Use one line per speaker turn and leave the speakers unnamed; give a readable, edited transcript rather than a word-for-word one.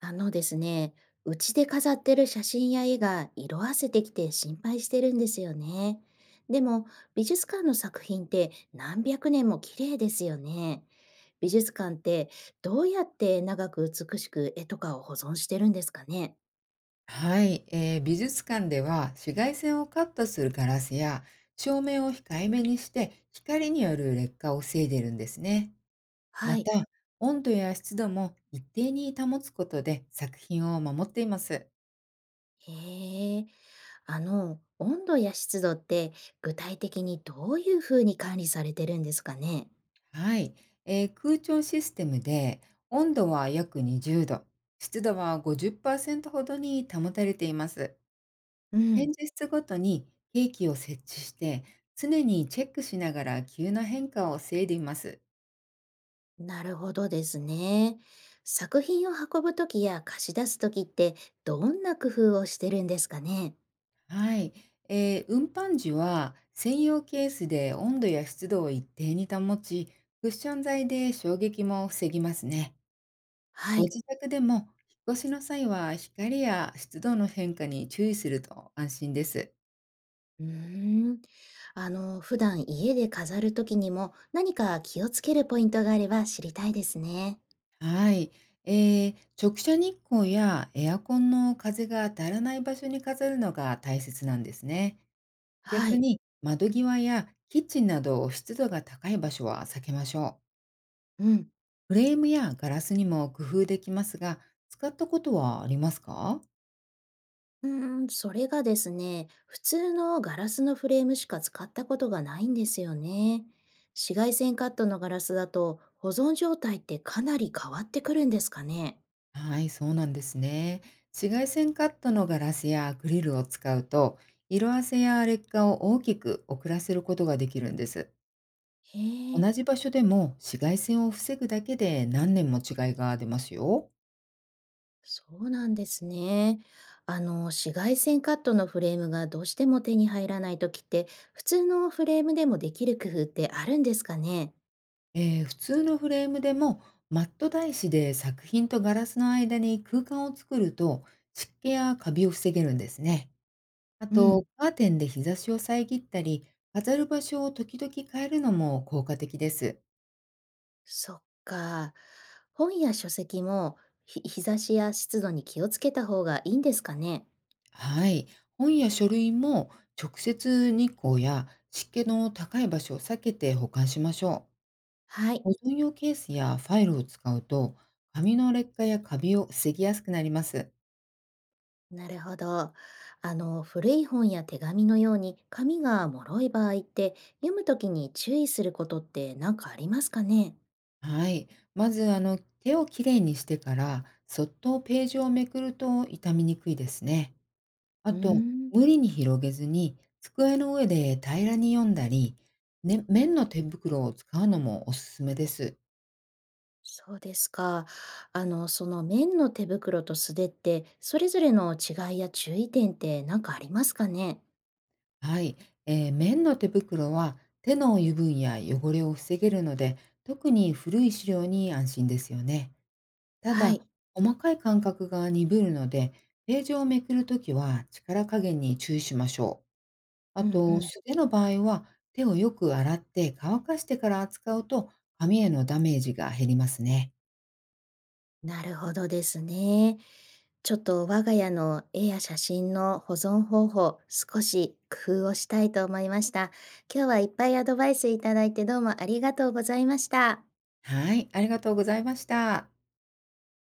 あのですね、うちで飾ってる写真や絵が色あせてきて心配してるんですよね。でも美術館の作品って何百年も綺麗ですよね。美術館ってどうやって長く美しく絵とかを保存してるんですかね？
はい、美術館では紫外線をカットするガラスや照明を控えめにして光による劣化を防いでるんですね。ま
はい。
た、温度や湿度も一定に保つことで作品を守っています。
へえ、あの、温度や湿度って具体的にどういうふうに管理されてるんですかね？
はい、空調システムで温度は約20度、湿度は50%ほどに保たれています。
うん。
展示室ごとに計器を設置して常にチェックしながら急な変化を防いでいます。
なるほどですね。作品を運ぶときや貸し出すときってどんな工夫をしてるんですかね？
はい。運搬時は専用ケースで温度や湿度を一定に保ち、クッション材で衝撃も防ぎますね。
は
ご
い。
自宅でも引っ越しの際は光や湿度の変化に注意すると安心です。
うーん。あの、普段家で飾るときにも何か気をつけるポイントがあれば知りたいですね。
はい。えー直射日光やエアコンの風が当たらない場所に飾るのが大切なんですね。
は
逆
い。
に窓際やキッチンなど湿度が高い場所は避けましょう。
うん。
フレームやガラスにも工夫できますが、使ったことはありますか？
うーん、それがですね、普通のガラスのフレームしか使ったことがないんですよね。紫外線カットのガラスだと保存状態ってかなり変わってくるんですかね？
はい、そうなんですね。紫外線カットのガラスやアクリルを使うと、色あせや劣化を大きく遅らせることができるんです。
へえ。
同じ場所でも紫外線を防ぐだけで何年も違いが出ますよ。
そうなんですね。あの、紫外線カットのフレームがどうしても手に入らないときって、普通のフレームでもできる工夫ってあるんですかね？
普通のフレームでもマット台紙で作品とガラスの間に空間を作ると湿気やカビを防げるんですね。あ
う
と、
ん、
カーテンで日差しを遮ったり、飾る場所を時々変えるのも効果的です。
そっか。本や書籍も日差しや湿度に気をつけた方がいいんですかね？
はい。本や書類も直接日光や湿気の高い場所を避けて保管しましょ
はい、
う。保存用ケースやファイルを使うと、紙の劣化やカビを防ぎやすくなります。
なるほど。あの、古い本や手紙のように紙が脆い場合って、読むときに注意することって何かありますかね？
はい。まず、あの、手をきれいにしてから、そっとページをめくると傷みにくいですね。あ
うー
と、
ん。
無理に広げずに、机の上で平らに読んだり、ね、綿の手袋を使うのもおすすめです。
そうですか。あの、その綿の手袋と素手って、それぞれの違いや注意点って何かありますかね？
はい。綿の手袋は手の油分や汚れを防げるので、特に古い資料に安心ですよね。た
は
だ、
い。
細かい感覚が鈍るので、ページをめくるときは力加減に注意しましょう。あ
うん
と、
うん。
素手の場合は手をよく洗って乾かしてから扱うと、紙へのダメージが減りますね。
なるほどですね。ちょっと我が家の絵や写真の保存方法、少し工夫をしたいと思いました。今日はいっぱいアドバイスいただいてどうもありがとうございました。
はい、ありがとうございました。